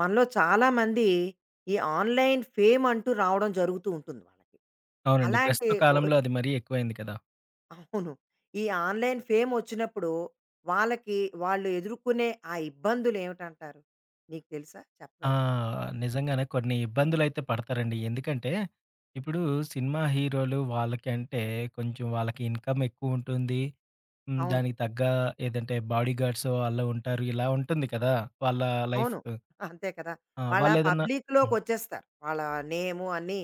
మనలో చాలామంది ఈ ఆన్‌లైన్ ఫేమ్ అంటూ రావడం జరుగుతూ ఉంటుంది వాళ్ళకి. అవునండి. అలాంటి ప్రస్తుత ఒ కాలంలో అది మరీ ఎక్కువైంది కదా! అవును. ఈ ఆన్‌లైన్ ఫేమ్ వచ్చినప్పుడు వాళ్ళకి వాళ్ళు ఎదుర్కొనే ఆ ఇబ్బందులేమిటంటారు? నీకు తెలుసా? ఆ! చెప్పగలవా? నిజంగానే కొన్ని ఇబ్బందులైతే పడతారండి. ఎందుకంటే, ఇప్పుడు సినిమా హీరోలు వాళ్ళకంటే కొంచెం వాళ్ళకి ఇన్‌కమ్ ఎక్కువుంటుంది. అవును. దానికి తగ్గ ఏదంటే బాడీగార్డ్సో ఆళ్ళు ఉంటారు. ఇలా ఉంటుంది కదా! వాళ్ళ లైఫ్. అవును. అంతే కదా! వాళ్ళ వాళ్ళేదన్నా. హ్మ్. పబ్లిక్‌లోకొచ్చేస్తారు. వాళ్ళ నేము అన్నీ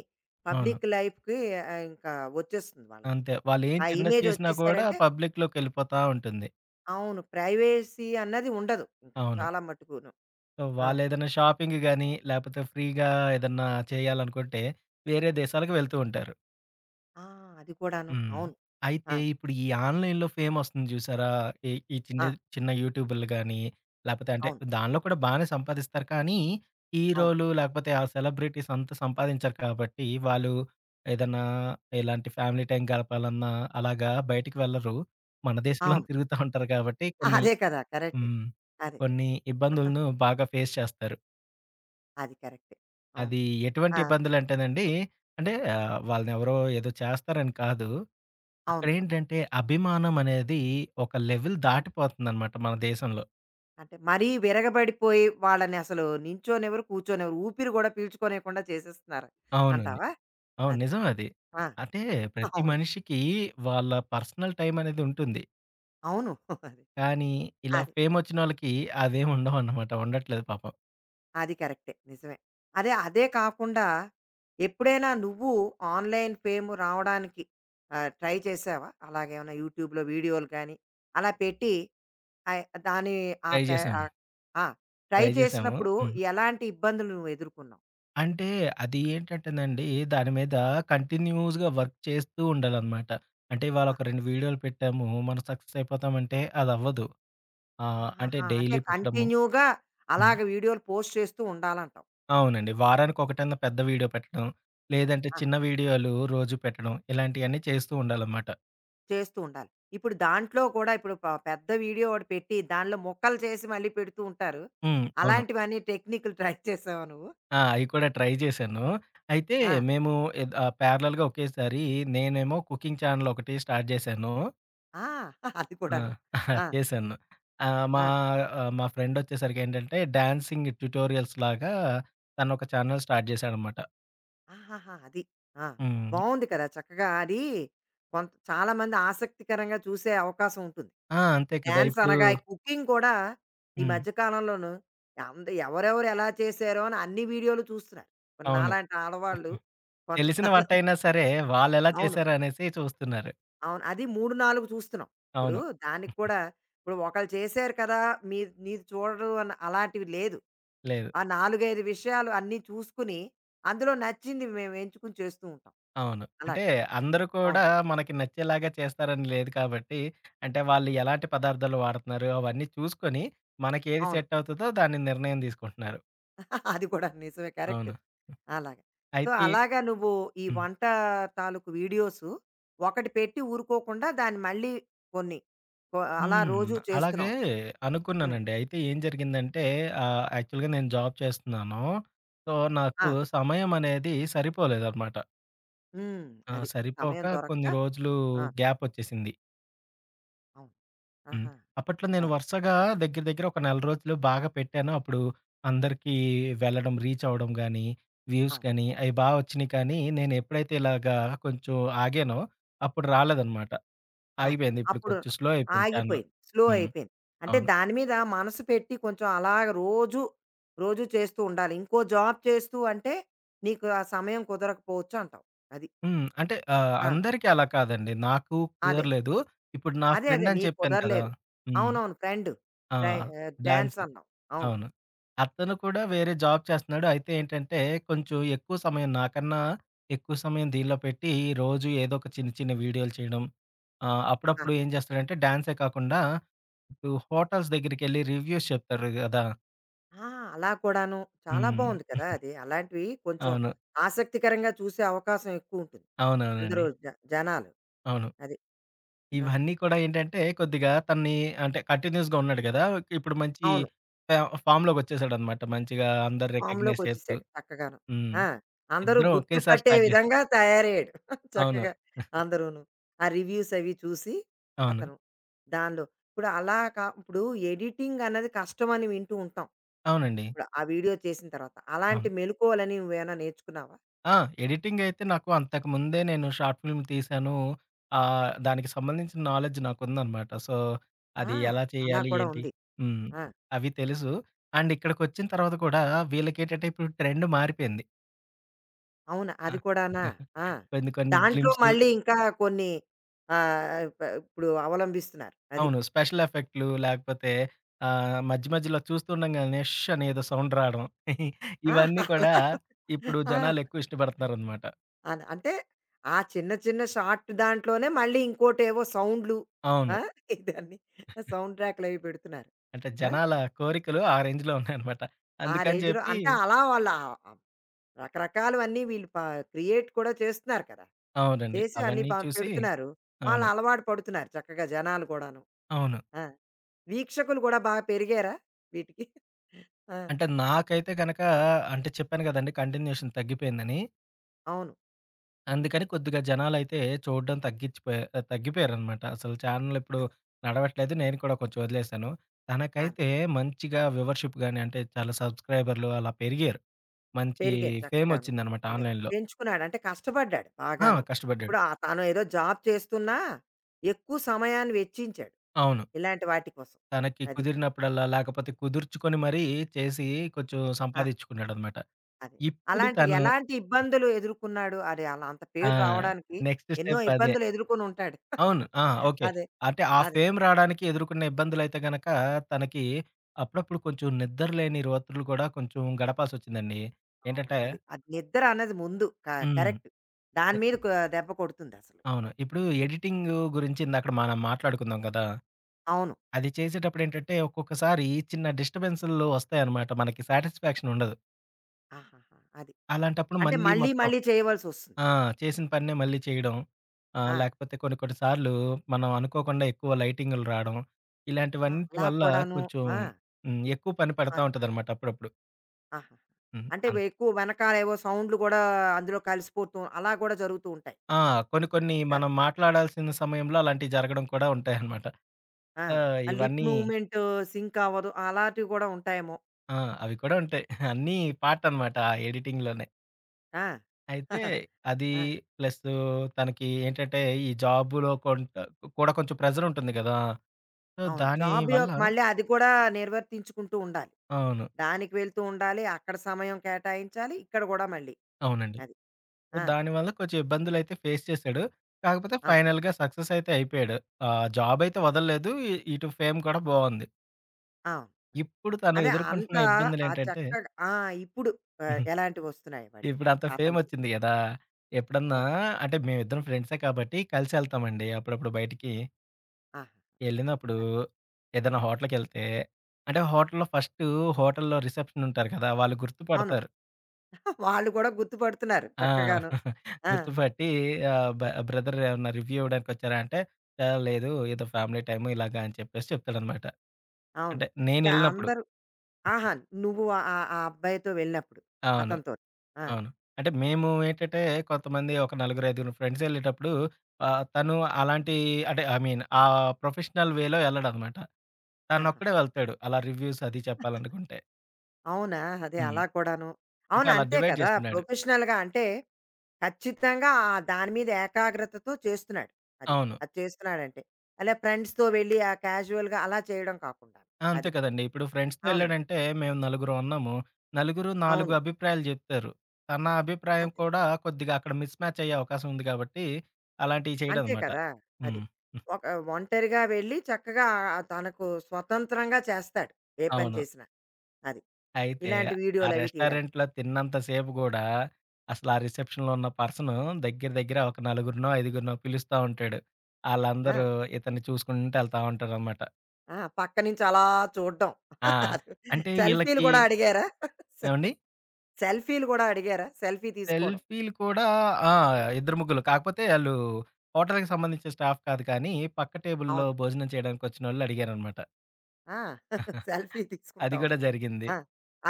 అవును. పబ్లిక్ లైఫ్‌కి ఇంకా వచ్చేస్తుంది వాళ్ళకి. అంతే. వాళ్ళేం ఆ చిన్నది ఇమేజ్ చేసినా కూడా వచ్చేసారంటే పబ్లిక్‌లోకెళ్ళిపోతా ఉంటుంది. అవును. ప్రైవసీ అన్నది ఉండదు. ఇంకా అవును. చాలా మట్టుకును. సో, ఆ! వాళ్ళేదైనా షాపింగ్ గాని, లేపోతే ఫ్రీగా ఏదన్నా చేయాలనుకుంటే వేరే దేశాలకు వెళ్తూ ఉంటారు. ఆ! అది కూడాను. హ్మ్. అవును. ఆ! అయితే ఇప్పుడు ఈ ఆన్‌లైన్‌లో ఫేమొస్తుంది జూసారా? ఈ ఈ చిన్న ఆ! చిన్న యూట్యూబర్లు గాని, లేపోతే అంటే అవును. దానిలో కూడా బానే సంపాదిస్తారు. కానీ అవును. హీరోలు లేకపోతే ఆ సెలబ్రిటీస్ అంత సంపాదించరు కాబట్టి, వాళ్ళు ఏదన్నా ఇలాంటి ఫ్యామిలీ టైం గడపాలన్నా అలాగా బయటికి వెళ్లరు. మన దేశంలోనే అవును. తిరుగుతా ఉంటారు కాబట్టి కొన్ని. అదే కదా! కరెక్ట్. హ్మ్. అది. కొన్ని ఇబ్బందులను బాగా ఫేస్ చేస్తారు. అది కరెక్టే. అవును. అది ఎటువంటి ఆ! ఇబ్బందులంటేనండి, అంటే వాళ్ళనెవరో ఏదో చేస్తారని కాదు. అవును. అక్కడేంటంటే అభిమానం అనేది ఒక లెవెల్ దాటిపోతుందన్నమాట మన దేశంలో. అంటే మరీ విరగబడిపోయి వాళ్ళని అసలు నించోనివ్వరు, కూర్చోనివ్వరు. ఊపిరి గూడా పీల్చుకోనివ్వకుండా చేసేస్తున్నారు అవునండి. అంటావా? అవును. అది. నిజం అది. ఆ! అంటే ప్రతి అవును. మనిషికి వాళ్ళ పర్సనల్ టైమ్ అనేది ఉంటుంది. అవును. అది. కానీ ఇలా అది. ఫేమొచ్చినోళ్ళకి అవేం ఉండవన్నమాట. ఉండట్లేదు పాపం. అది కరెక్టే. నిజమే. అదే, అదే కాకుండా ఎప్పుడైనా నువ్వు ఆన్‌లైన్ ఫేమ్ రావడానికి ట్రై చేశావా? అలాగేమైనా యూట్యూబ్‌లో వీడియోలు కానీ అలా పెట్టి అయ్ దాని ఆ ట్రై పె చేశాం. ఆహ్, ఆ! ట్రై ట్రై చేశాము. చేసినప్పుడు ఎలాంటి ఇబ్బందులు నువ్వు ఎదుర్కొన్నావు? అంటే అది ఏంటంటేనండి, దాని మీద కంటిన్యూయస్‌గా వర్క్ చేస్తూ ఉండాలన్నమాట. అంటే ఇవాళ ఆ! ఒక 2 వీడియోలు పెట్టాము. మనం సక్సెస్ అయిపోతామంటే అదవ్వదు. అంటే ఆహాహా! అంటే డైలీ పెట్టడము. కంటిన్యూగా హ్మ్. అలాగ వీడియోలు పోస్ట్ చేస్తూ ఉండాలంటావు. అవునండి. వారానికొకటన్నా పెద్ద వీడియో పెట్టడం. లేదంటే ఆ! చిన్న వీడియోలు రోజు పెట్టడం. ఇలాంటియన్నీ చేస్తూ ఉండాలన్నమాట. చేస్తూ ఉండాలి. ఇప్పుడు దాంట్లో కూడా ఇప్పుడు పెద్ద వీడియో ఒకటి పెట్టి దానిలో ముక్కలు చేసి మళ్ళీ పెడుతూ ఉంటారు. అవును. అలాంటివన్నీ టెక్నిక్‌లు ట్రై చేసావా నువ్వు? అయి కూడా ట్రై చేశాను. అయితే ఆ! మేము ప్యారలెల్‌గా ఒకేసారి నేనేమో కుకింగ్ ఛానెల్ ఒకటి స్టార్ట్ చేశాను. ఆ! అది ఆ! కూడాను. ఆ! చేశాను. ఆహ్, మా ఆ! మా ఫ్రెండొచ్చేసరికేంటంటే డాన్సింగ్ ట్యుటోరియల్స్ లాగా తనొక ఛానెల్ స్టార్ట్ చేశాడన్నమాట. ఆహాహా! అది. ఆ! హ్మ్. బావుంది కదా! చక్కగా అది కొంత చాలామంది ఆసక్తికరంగా చూసే అవకాశం ఉంటుంది. ఆ! అంతే కదా! డాన్స్ ఇప్పుడు. అనగా ఈ కుకింగ్ కూడా ఈ హ్మ్. మధ్య కాలంలోను ఎవరెవరు ఎలా చేశారో అని అన్ని వీడియోలు చూస్తున్నారు. మరి అవును. నాలాంటి ఆడవాళ్ళు కొంచెం తెలిసిన వంటయినా సరే వాళ్ళెలా అవును. చేశారనేసి చూస్తున్నారు. అవును. అది 3, 4 చూస్తున్నాం. ఇప్పుడు అవును. దానికి కూడా ఇప్పుడు ఒకళ్ళు చేశారు కదా! మీ నీది చూడరు అని అలాంటివి లేదు. లేదు. ఆ 4, 5 విషయాలు అన్నీ చూసుకుని, అందులో నచ్చింది మేము ఎంచుకుని చేస్తూ ఉంటాం. అవును. అంటే అలాగా. అందరూ కూడా అవును. మనకి నచ్చేలాగా చేస్తారని లేదు కాబట్టి, అంటే వాళ్ళు ఎలాంటి పదార్థాలు వాడుతున్నారు అవన్నీ చూసుకొని, మనకేది అవును. సెట్ అవుతదో దాన్ని నిర్ణయం తీసుకుంటున్నారు. అది కూడా నిజమే. కరెక్ట్. అవును. అలాగా. సో, అయితే. అలాగా నువ్వు ఈ హ్మ్. వంట తాలూకు వీడియోసు ఒకటి పెట్టి ఊరుకోకుండా దాన్ని మళ్ళీ కొన్ని కొ అలా హ్మ్. రోజు అలాగే చేస్తున్నావు. హ్మ్. అనుకున్నానండి. అయితే ఏం జరిగిందంటే యాక్చువల్‌గా నేను జాబ్ చేస్తున్నాను. సో, నాకు ఆ! సమయం అనేది సరిపోలేదనమాట. హ్మ్. అది. సమయం సరిపోక దొరక్క కొన్ని రోజులు ఆ! గ్యాపొచ్చేసింది. అవును. హ్మ్. ఆహా! అప్పట్లో నేను అది. వరుసగా దగ్గర దగ్గర ఒక నెల రోజులు బాగా పెట్టాను. అప్పుడు అందరికీ వెళ్ళడం, రీచ్ అవ్వడం గానీ, వ్యూస్ అవును. గానీ అయి బా వచ్చినియి. కానీ నేనెప్పుడైతే ఇలాగా కొంచెం ఆగానో అప్పుడు రాలేదనమాట. అది. ఆగిపోయింది. ఇప్పుడు అప్పుడు కొంచెం స్లో అయిపోయింది ఛానెల్. ఆగిపోయింది. స్లో హ్మ్. అయిపోయింది. అంటే అవును. దాని మీద మనసు పెట్టి కొంచెం అలాగ రోజు, రోజు చేస్తూ ఉండాలి. ఇంకో జాబ్ చేస్తూ అంటే నీకు ఆ సమయం కుదరకపోవచ్చు అంటావు. అది. అంటే ఆ! అందరికీ అలా కాదండి. నాకు అదే. కుదరలేదు. ఇప్పుడు నా అదే. అదే. ఫ్రెండ్ అని నీకు చెప్పాను కదా! కుదరలేదు. హ్మ్. అవునవును. ఫ్రెండ్ ఆ! Dry dance dance. అన్నావు. అవును. అవును. అతను కూడా వేరే జాబ్ చేస్తున్నాడు. అయితే ఏంటంటే, కొంచెం ఎక్కువ సమయం నాకన్నా ఎక్కువ సమయం దీనిలో పెట్టి, రోజు ఏదో ఒక చిన్న, చిన్న వీడియోలు చేయడం. అప్పుడప్పుడు ఆహా! ఏం చేస్తాడంటే, డాన్సే కాకుండా ఇప్పుడు హోటల్స్ దగ్గరికెళ్ళి రివ్యూస్ చెప్తారు గదా! ఆ! అలా కూడాను. చాలా బావుంది హ్మ్. కదా! అది. అలాంటివి కొంచెం అవును. ఆసక్తికరంగా చూసే అవకాశం ఎక్కువుంటుంది. అవునవునండి. అందరూ జనాలు. అవును. అది. ఆ! ఇవన్నీ కూడా ఏంటంటే, కొద్దిగా తనని అంటే కంటిన్యూయస్‌గా ఉన్నాడు గదా! ఇప్పుడు మంచి అవును. ఫా ఫామ్‌లోకొచ్చేసాడనమాట. మంచిగా అందరు రికగ్నైజ్ చేస్తూ. ఫామ్‌లోకొచ్చేసాడు చక్కగాను. హ్మ్. ఆ! అందరూ ఇద్దరం ఒకేసారి గుర్తుపట్టే స్టార్ట్ చేసాం. విధంగా తయారయ్యాడు. అవును. చక్కగా అందరూను. ఆ రివ్యూస్ అవి చూసి అవును. అతను దానిలో ఇప్పుడు అలా కా ఇప్పుడు ఎడిటింగ్ అన్నది కష్టమని వింటూ ఉంటాం. అవునండి. ఇప్పుడు ఆ వీడియో చేసిన తర్వాత. అవును. అలాంటి మెలుకువలని నువ్వేమైనా నేర్చుకున్నావా? ఆ! ఎడిటింగయితే నాకు అంతకుముందే నేను షార్ట్ ఫిల్మ్ తీశాను. దానికి సంబంధించిన నాలెడ్జ్ నాకుందనమాట. సో, అది ఆ! ఎలా అలా చేయాలి? కూడా ఏంటి? ఉంది. హ్మ్. ఆ! అవి తెలుసు. అండ్ ఇక్కడికొచ్చిన తర్వాత కూడా వీళ్ళకేంటంటే ఇప్పుడు ట్రెండ్ మారిపోయింది. అవునా? ఆ! అది కూడానా? ఆ! కొన్ని కొన్ని దాంట్లో గ్లింప్స్‌లు. మళ్ళీ ఇంకా కొన్ని ఆహ్, ప ఇప్పుడు అవలంబిస్తున్నారు. అది. అవును. స్పెషల్ ఎఫెక్ట్‌లు లేకపోతే మధ్య మధ్యలో చూస్తుండంగానే ష్ అనేదో సౌండ్ రాడం. ఆ! ఇవన్నీ కూడా అలా ఇప్పుడు ఆ! జనాలెక్కువ ఇష్టపడుతున్నారనమాట. అంటే ఆ చిన్న చిన్న షార్ట్ దాంట్లోనే మళ్ళీ ఇంకోటేవో సౌండ్‌లు. అవును. ఆ! ఇదన్నీ సౌండ్ ట్రాక్‌లవి పెడుతున్నారు. అంటే ఆ! జనాల కోరికలు ఆ రేంజ్‌లో ఉన్నాయనమాట. ఆ అందుకని రేంజ్‌లో చెప్పి అంటే అలా వాళ్ళ ఆహ్, రకరకాలవన్నీ వీళ్ళు క్రియేట్ కూడా చేస్తున్నారు కదా! అవునండి. చేసి అన్నీ అవన్నీ చూసి. పెడుతున్నారు. వాళ్ళు అవును. అలవాటు పడుతున్నారు చక్కగా జనాలు కూడాను. అవును. ఆ! వీక్షకులు కూడా బాగా పెరిగారా వీటికి? ఆ! అంటే నాకైతే గనక అంటే చెప్పాను కదండీ కంటిన్యూషన్ తగ్గిపోయిందని. అవును. అందుకని కొద్దిగా జనాలైతే చూడడం తగ్గిచ్చిపోయా తగ్గిపోయారనమాట. అసలు ఛానెల్ ఇప్పుడు అదే. నడవట్లేదు. నేను కూడా కొంచెం వదిలేసాను. అదే. తనకైతే మంచిగా వ్యూవర్‌షిప్ గాని అంటే చాలా సబ్‌స్క్రైబర్‌లు అలా పెరిగారు. మంచి పెరిగాయి చక్కగాను. ఫేమొచ్చిందనమాట అదే. ఆన్‌లైన్‌లో. పెంచుకున్నాడు. అంటే కష్టపడ్డాడు బాగాను. కష్టపడ్డాడు. ఇప్పుడు తను ఏదో జాబ్ చేస్తున్నా, ఎక్కువ సమయాన్ని వెచ్చించాడు. అవును. ఇలాంటి వాటి కోసం. తనకి అది. కుదిరినప్పుడల్లా లేకపోతే కుదుర్చుకొని మరీ చేసి కొంచెం ఆ! సంపాదించుకున్నాడనమాట. అదే. ఇప్పుడు అలాంటి తను. ఎలాంటి ఇబ్బందులు ఎదుర్కొన్నాడు? అది అలా అంత ఆ! పేరు రావడానికి నెక్స్ట్ ఎన్నో స్టెప్ అదే. ఇబ్బందులు ఎదుర్కొని ఉంటాడు. అవును. ఓకే. అదే. అంటే ఆ అదే. ఫేమ్ రాడానికి ఎదుర్కొన్న ఇబ్బందులైతే గనక తనకి అప్పుడప్పుడు కొంచెం నిద్ర లేని రాత్రులు కూడా కొంచెం గడపాల్సొచ్చిందండి. అవును. ఏంటంటే. అది. అది నిద్ర అన్నది ముందు క హ్మ్. కరెక్ట్. ఎ దాని మీద దెబ్బ కొడుతుందసలు. అవును. ఇప్పుడు ఎడిటింగ్ గురించి ఇందాకడ మనం మాట్లాడుకున్నాం కదా! అవును. అది చేసేటప్పుడేంటంటే ఒక్కొక్కసారి చిన్న డిస్టర్బెన్స్‌లు వస్తాయన్నమాట. మనకి సాటిస్ఫాక్షన్ ఉండదు. ఆహాహా! అది. అలాంటప్పుడు అంటే మళ్ళీ మళ్ళీ మొత్తం. మళ్ళీ చేయవలసొస్తుంది. ఆ! చేసిన పనినే మళ్ళీ చేయడం. ఆ! లేకపోతే కొన్ని కొన్ని సార్లు మనం అనుకోకుండా ఎక్కువ లైటింగులు రాడం. ఆ! ఇలాంటివన్నిటి అలా వల్ల కూడాను. కొంచెం. ఆ! ఎక్కువ పని ఆ! పడతా ఉంటదనమాట అప్పుడప్పుడు. ఆహా! హ్మ్. అంటే అన్ ఎక్కువ వెనకాల ఏవో సౌండ్‌లు గూడా అందులో కలిసిపోతూ అలా గూడా జరుగుతూ ఉంటాయి. ఆ! కొన్ని కొన్ని ఆ! మనం మాట్లాడాల్సిన సమయంలో అలాంటివి జరగడం కూడా ఉంటాయనమాట. ఆ! సో, ఆ లిప్ ఇవన్నీ. మూవ్‌మెంట్ సింక్ అవ్వదు. అలాంటివి గూడా ఉంటాయేమో. ఆ! అవి కూడా ఉంటాయి. అన్నీ పార్టనమాట ఆ ఎడిటింగ్‌లోనే. ఆ! అయితే అది ఆ! ప్లస్ తనకి ఏంటంటే ఈ జాబ్‌లో కొంత కూడా కొంచెం ప్రెషరుంటుంది గదా! సో, అవును. దాని జాబ్ వల్ల యొక్క మళ్ళీ అది కూడా నిర్వర్తించుకుంటూ ఉండాలి. అవును. దానికి వెళ్తూ ఉండాలి. అక్కడ సమయం కేటాయించాలి. ఇక్కడ గూడా మళ్ళీ. అవునండి. అది. ఆ! దానివల్ల కొంచెం ఇబ్బందులైతే ఫేస్ చేశాడు. కాకపోతే ఆ! ఫైనల్‌గా సక్సెస్ అయితే అయిపోయాడు. జాబ్ అయితే వదలలేదు. ఇటు ఫేమ్ కూడా బావుంది. అవును. అది. ఇప్పుడు తను అదే అంత ఎదుర్కొంటున్న ఆ ఇబ్బందులేంటంటే చక్కగా ఆ! ఇప్పుడు హుహు. ఎలాంటివొస్తున్నాయి వాడికి ఇప్పుడంత అతనికి? ఫేమొచ్చింది గదా! ఎప్పుడన్నా అవును. అంటే మేమిద్దరం ఫ్రెండ్సే కాబట్టి కలిసెళ్తామండి అప్పుడప్పుడు బయటికి. ఆహా! ఎళ్ళినప్పుడు అదే. ఏదైనా హోటల్‌కెళ్తే అంటే హోటల్‌లో ఫస్టు హోటల్‌లో రిసెప్షన్ ఉంటారు కదా! వాళ్ళు అవును. గుర్తుపడతారు. వాళ్ళు కూడా గుర్తుపడుతున్నారు ఆ! చక్కగాను. ఆ! గుర్తుపట్టి, ఆహ్, బ బ్రదర్ ఏమన్నా రివ్యూ ఇవ్వడానికొచ్చారా అంటే, లేదు ఏదో ఫ్యామిలీ టైము ఇలాగా అని చెప్పేసి చెప్తాడనమాట. అవును. అంటే ఇంకా నేనెళ్ళినప్పుడు. అందరూ ఆహా! నువ్వు ఆ ఆ ఆ అబ్బాయితో వెళ్ళినప్పుడు అవును. అతనితోటి. ఆ! అవును. అంటే మేము ఏంటంటే కొంతమంది ఒక నలుగురు, ఐదుగురు ఫ్రెండ్స్ ఎళ్ళేటప్పుడు తను అలాంటి అంటే ఐ మీన్ ఆ ప్రొఫెషనల్ వేలో ఎళ్ళడనమాట. ఆహా! తనొక్కడే వెళ్తాడు. అలా రివ్యూస్ అది చెప్పాలనుకుంటే. అవునా! అదే హ్మ్. అలా కూడాను. అంటే అవును. అలా అంతే డివైడ్ కదా! చేసుకున్నాడు. ప్రొఫెషనల్‌గా అంటే ఖచ్చితంగా ఆ దాని మీద ఏకాగ్రతతో చేస్తున్నాడు. అది. అవును. అది చేస్తున్నాడంటే. అలా ఫ్రెండ్స్‌తో వెళ్ళి ఆ క్యాజువల్‌గా అలా చేయడం కాకుండా. ఆ, అంతే అది. కదండీ. ఇప్పుడు ఫ్రెండ్స్‌తో అవును. ఎళ్ళాడంటే మేము నలుగురం ఉన్నాము. నలుగురు 4 అవును. అభిప్రాయాలు జెప్తారు. తన అభిప్రాయం అంతే. కూడా కొద్దిగా అక్కడ మిస్ మ్యాచ్ అయ్యే అవకాశం ఉంది కాబట్టి, అలాంటివి అంతే చేయడనమాట. కదా! అది. హ్మ్. హ్మ్. ఒక ఒంటరిగా వెళ్ళి చక్కగా ఆ తనకు స్వతంత్రంగా చేస్తాడు. ఏ పని అవును. చేసినా. అది. అయితే ఇలాంటి ఆ వీడియోలవి తీయడానికి. రెస్టారెంట్‌లో తిన్నంత సేపు గూడా అసలు ఆ రిసెప్షన్‌లో ఉన్న పర్సను దగ్గర దగ్గర ఒక నలుగురినో, ఐదుగురినో పిలుస్తా ఉంటాడు. ఆళ్ళందరూ ఆ! ఇతన్ని చూసుకుంటూ ఎళ్తా ఉంటారనమాట. ఆ! పక్క నుంచి అలా చూడ్డం. ఆ! అంటే సెల్ఫీలు ఈళ్ళకి గూడా అడిగారా? సె ఏవండి? సెల్ఫీలు గూడా అడిగారా? సెల్ఫీ తీసుకోవడం. సెల్ఫీలు కూడా. ఆ! ఇద్దరు ముగ్గురు. కాకపోతే ఆళ్ళు హోటల్‌కి సంబంధించిన స్టాఫ్ కాదు కానీ, పక్క టేబుల్‌లో అవును. భోజనం చేయడానికొచ్చినోళ్ళు అడిగారనమాట. ఆ! సెల్ఫీ అది గూడా తీసుకుంటామని. జరిగింది ఆ!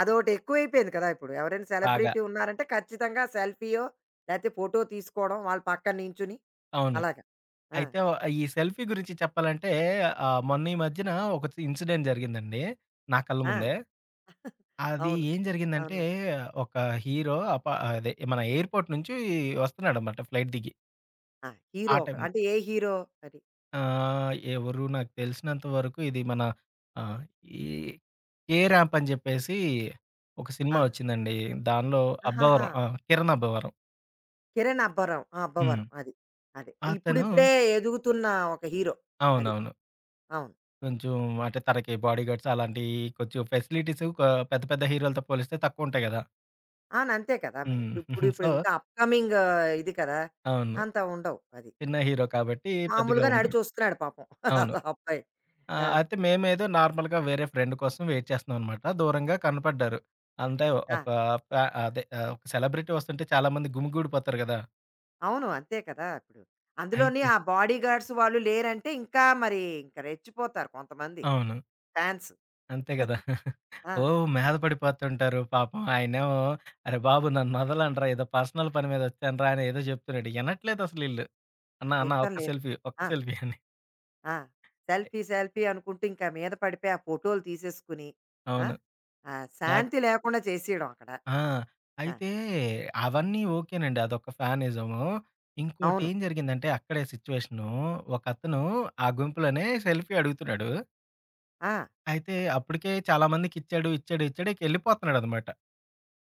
అదోటి ఎక్కువైపోయింది కదా! ఇప్పుడు. ఎవరైనా బాగా. సెలబ్రిటీ ఉన్నారంటే ఖచ్చితంగా సెల్ఫీయో, లేతే ఫోటో తీసుకోవడం వాళ్ళు పక్కన నించుని. అవును. అలాగా. ఆ! అయితే వ ఈ సెల్ఫీ గురించి చెప్పాలంటే మొన్న ఈ మధ్యన ఒక ఇన్సిడెంట్ జరిగిందండి నా కళ్ళ ఆ! ముందే. అది అవును. ఏం జరిగిందంటే అవునా? ఒక హీరో అదే మన ఎయిర్‌పోర్ట్ నుంచి వస్తున్నాడనమాట ఫ్లైట్ దిగి. ఆ! ఆ హీరో ఒకడు. టైంలో అంటే ఏ హీరో అది? ఎవరు నాకు తెలిసినంత వరకు ఇది మన ఆహ్, ఈ 'కే ర్యాంప్' అని చెప్పేసి ఒక సినిమా ఆహా! వచ్చిందండి. దానిలో ఆహాహా! అబ్బవరం, కిరణ్ అబ్బవరం. కిరణ్ అబ్బవరం. ఆ! హ్మ్. అబ్బవరం. అది. అది. అతను. ఇప్పుడిప్పుడే ఎదుగుతున్న ఒక హీరో. అది. అవునవును. అవును. కొంచెం అంటే తనకి బాడీ గార్డ్స్ అలాంటియి కొంచెం ఫెసిలిటీస్ పెద్ద పెద్ద హీరోలతో పోలిస్తే తక్కువ ఉంటాయి గదా! అవును. అంతే కదా! మరి. హ్మ్. ఇప్పుడు ఇప్పుడు సో, ఇంకా అప్‌కమింగ్ ఇది కదా! అవును. అంత ఉండవు. అది. చిన్న హీరో కాబట్టి పెద్దగా మామూలుగా ఉండరు. నడిచొస్తున్నాడు పాపం. అవును. ఆ అబ్బాయి. ఆ! అయితే మేమేదో నార్మల్‌గా వేరే ఫ్రెండ్ కోసం వెయిట్ చేస్తున్నాం అనమాట. దూరంగా కనపడ్డారు. అంటే ఆ! ఒక ప అదే ఒక సెలబ్రిటీ వస్తుంటే చాలామంది గుమిగూడిపోతారు గదా! అవును. అంతే కదా! ఇప్పుడు. అందులోని అయితే ఆ బాడీగార్డ్స్ వాళ్ళు లేరంటే ఇంకా మరి ఇంకా రెచ్చిపోతారు కొంతమంది అవును. ఫ్యాన్స్. అంతే గదా! ఓహ్! ఆ! మీద పడిపోతుంటారు. పాపం ఆయనేమో "అరే బాబు నన్నొదలండ్రా ఏదో పర్సనల్ పని మీద వచ్చానురా" అని ఏదో చెప్తున్నాడు. వినట్లేదసలీళ్ళు. "అన్న అన్న వినటం ఒక్క లేదు. సెల్ఫీ, ఒక్క ఆ! సెల్ఫీ" అని. ఆ! సెల్ఫీ, సెల్ఫీ అనుకుంటూ ఇంకా మీద పడిపోయి ఆ ఫోటోలు తీసేసుకుని, ఆ! అవును. ఆ లేకపోతే. శాంతి లేకుండా చేసేయడం అక్కడ. ఆ! ఆ! అయితే అవన్నీ ఓకేనండి. అదొక ఫ్యానిజము. అవును. ఇంకోటేం జరిగిందంటే అక్కడే సిట్యుయేషను. ఒకతను ఆ గుంపులోనే సెల్ఫీ అడుగుతున్నాడు. ఆ! అయితే అప్పటికే చాలా మందికిచ్చాడు, ఇచ్చాడు, ఇచ్చాడు ఇకెళ్ళిపోతున్నాడనమాట.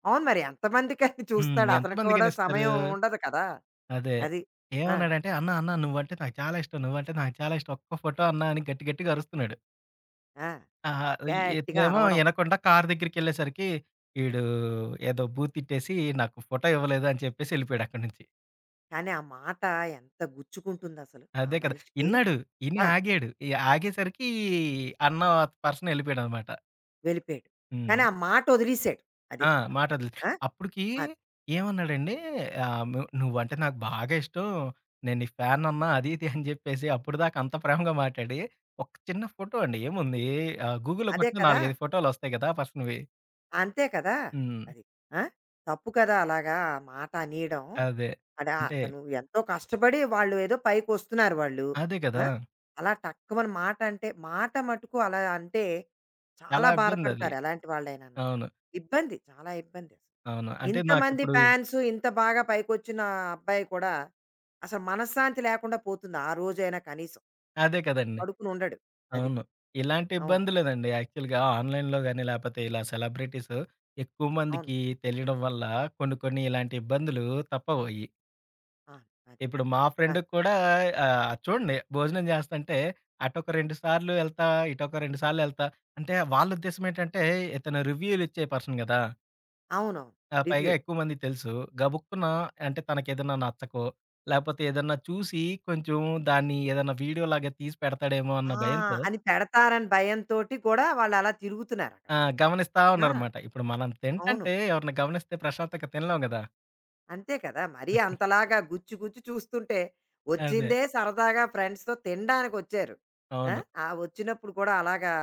అవును మరి ఎంతమందికని చూస్తాడు? అతనికి కూడా ఎంతమందికనిస్తారు? సమయం ఉండదు కదా! అదే. అది. ఆ! ఏమన్నాడంటే, "అన్న, అన్న నువ్వంటే నాకు చాలా ఇష్టం. నువ్వంటే నాకు చాలా ఇష్టం. ఒక్క ఫోటో అన్నా" అని గట్టి గట్టిగా అరుస్తున్నాడు. ఆ! ఆహా! గట్టిగా ఇతనేమో అరవడం. ఇనకుండా కారు దగ్గరికెళ్ళేసరికి, ఈడు ఏదో బూతిట్టేసి నాకు ఫోటో ఇవ్వలేదు అని చెప్పేసి ఎళ్ళిపోయాడక్కడి నుంచి. కానీ ఆ మాట ఎంత గుచ్చుకుంటుందసలు ఆ అదే కదా! మనిషికి. ఇన్నాడు. ఇని ఆ! ఆగాడు. ఈ ఆగేసరికి అన్న పర్సన్ ఎళ్ళిపోయాడనమాట. వెళ్ళిపోయాడు. కానీ హ్మ్. ఆ మాట వదిలేసాడు. అది ఆ! అక్కడ. మాటొదిలేసి. ఆ! అప్పటికి అద్ ఏమన్నాడండి ఆహ్, ను నువ్వంటే నాకు బాగా ఇష్టం. నేను నీ ఫ్యాన్ అన్నా అది ఇది అని చెప్పేసి అప్పటిదాకా అంత ప్రేమగా మాట్లాడి, ఒక చిన్న ఫోటో అండి ఏముంది గూగుల్‌లో అదే కొట్టిన కదా! 4, 5 ఫోటోలొస్తాయి కదా! పర్సన్‌వి. అంతే కదా! హ్మ్. అది. ఆ! తప్పు కదా అలాగా ఆ మాట అనేయడం. అదే. అడా అంటే అతను ఎంతో కష్టపడి వాళ్ళు ఏదో పైకొస్తున్నారు వాళ్ళు. అదే ఆ! కదా! అలా టక్కుమని మాట అంటే మాట మటుకు అలా అంటే చాలా చాలా ఇబ్బందది. బాధపడతారు ఎలాంటి వాళ్ళైనాను. అవును. ఇబ్బంది. చాలా ఇబ్బంది. అసలు. అవును. అంటే ఇంతమంది నాకిప్పుడు ఫాన్స్ ఇంత బాగా పైకొచ్చిన అబ్బాయి కూడా అసలు మనశ్శాంతి లేకుండా పోతుంది ఆ రోజైనా కనీసం. అదే కదండీ! పడుకునుండడు. అది. అవును. ఇలాంటి అవును. ఇబ్బంది లేదండి. యాక్చువల్‌గా ఆన్‌లైన్‌లో గాని, లేపోతే ఇలా సెలబ్రిటీస్ ఎక్కువ అవును. మందికి తెలియడం వల్ల కొన్ని, కొన్ని ఇలాంటి ఇబ్బందులు తప్పవయి. ఆ! అది. ఇప్పుడు మా ఆ! ఫ్రెండ్‌కి కూడా చూడండి భోజనం చేస్తంటే అటొక 2 సార్లు ఎళ్తా, ఇటొక 2 సార్లు ఎళ్తా. అంటే వాళ్ళ ఉద్దేశ్యం ఏంటంటే ఇతను రివ్యూలు ఇచ్చే పర్సన్ గదా! అవునవును. పైగా రివ్యూలు. ఎక్కువ మందికి తెలుసు. గబుక్కున అంటే తనకేదన్నా నచ్చకో, లేపోతే ఏదన్నా చూసి కొంచెం దాన్ని ఏదన్నా వీడియోలాగా తీసి పెడతాడేమో అన్న ఆ! భయంతో. అని పెడతారని భయంతోటి కూడా వాళ్ళలా తిరుగుతున్నారక్కడ. ఆ! గమనిస్తా ఆ! ఉన్నారనమాట. ఇప్పుడు మనం అవును. తింటంటే ఎవరిని గమనిస్తే ప్రశాంతంగా తినలేం గదా! అంతే కదా! మరీ అంతలాగా గుచ్చి గుచ్చి చూస్తుంటే, అదే. వచ్చిందే సరదాగా ఫ్రెండ్స్‌తో తినడానికొచ్చారు. ఆ! అవును. ఆ వచ్చినప్పుడు కూడా అలాగా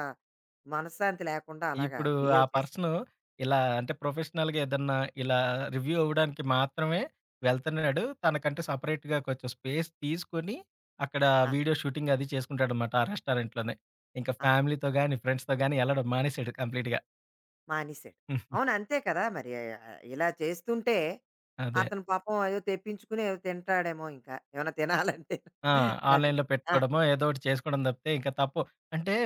మనశ్శాంతి లేకుండా అలాగా ఇప్పుడు ఆ బిహేవ్ చేస్తే పర్సను ఇలా అంటే ప్రొఫెషనల్‌గా ఏదన్నా ఇలా రివ్యూ అవ్వడానికి మాత్రమే వెళ్తున్నాడు. తనకంటూ సెపరేట్‌గా కొంచెం స్పేస్ తీసుకొని అక్కడ ఆ! వీడియో షూటింగ్ అది చేసుకుంటాడనమాట ఆ రెస్టారెంట్‌లోనే. ఇంకా ఆహా! ఫ్యామిలీతో గాని, ఫ్రెండ్స్‌తో గాని ఎళ్ళడం మానేసాడు కంప్లీట్‌గా. మానేసాడు. అవును. అంతే కదా! మరి ఇలా చేస్తుంటే అదే. అతను పాపం ఏదో తెప్పించుకుని ఏదో తింటాడేమో ఇంకా. ఏమైనా తినాలంటే. ఆ! అది. ఆన్‌లైన్‌లో ఆ! పెట్టుకోవడమో ఏదో ఒకటి చేసుకోవడం తప్పితే ఇంకా తప్పు. అంటే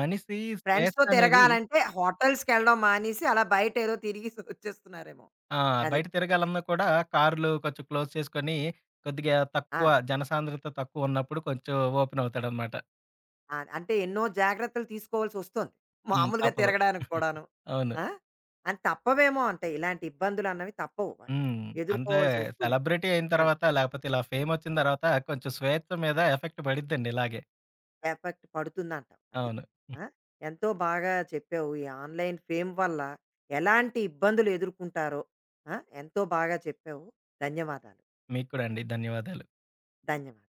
మనిషి స్వేచ్ఛ ఫ్రెండ్స్‌తో అనేది. తిరగాలంటే హోటల్స్‌కెళ్ళడం మానేసి, అలా బయటేదో తిరిగేసి వచ్చేస్తున్నారేమో. ఆ! అది. బయట తిరగాలన్నా కూడా కారులు కొంచెం క్లోజ్ చేసుకొని, కొద్దిగా ఆ! తక్కువ జనసాంద్రత తక్కువున్నప్పుడు కొంచెం ఓపెన్ అవుతాడనమాట. ఆ! అంటే ఎన్నో జాగ్రత్తలు తీసుకోవాల్సొస్తోంది. మామూలుగా తప్పదు. తిరగడానికి కూడాను. అవును. ఆ! అది తప్పవేమో అంటే ఇలాంటి ఇబ్బందులన్నవి తప్పవు వాళ్ళు. హ్మ్. అంటే ఎదుర్కోవాల్సొస్తుంది. సెలబ్రిటీ అయిన ఆ! తర్వాత, లేకపోతే ఇలా ఫేమొచ్చిన తర్వాత కొంచెం స్వేచ్ఛ మీద ఎఫెక్ట్ పడిద్దండి ఇలాగే. ఎఫెక్ట్ పడుతుందంటావు. అది. అవును. ఆ! ఎంతో బాగా చెప్పావు. ఈ ఆన్‌లైన్ ఫేమ్ వల్ల ఎలాంటి ఇబ్బందులు ఎదుర్కొంటారో. ఆ! ఎంతో బాగా చెప్పావు. ధన్యవాదాలు. మీకు కూడా అండి. ధన్యవాదాలు. ధన్యవాదాలు.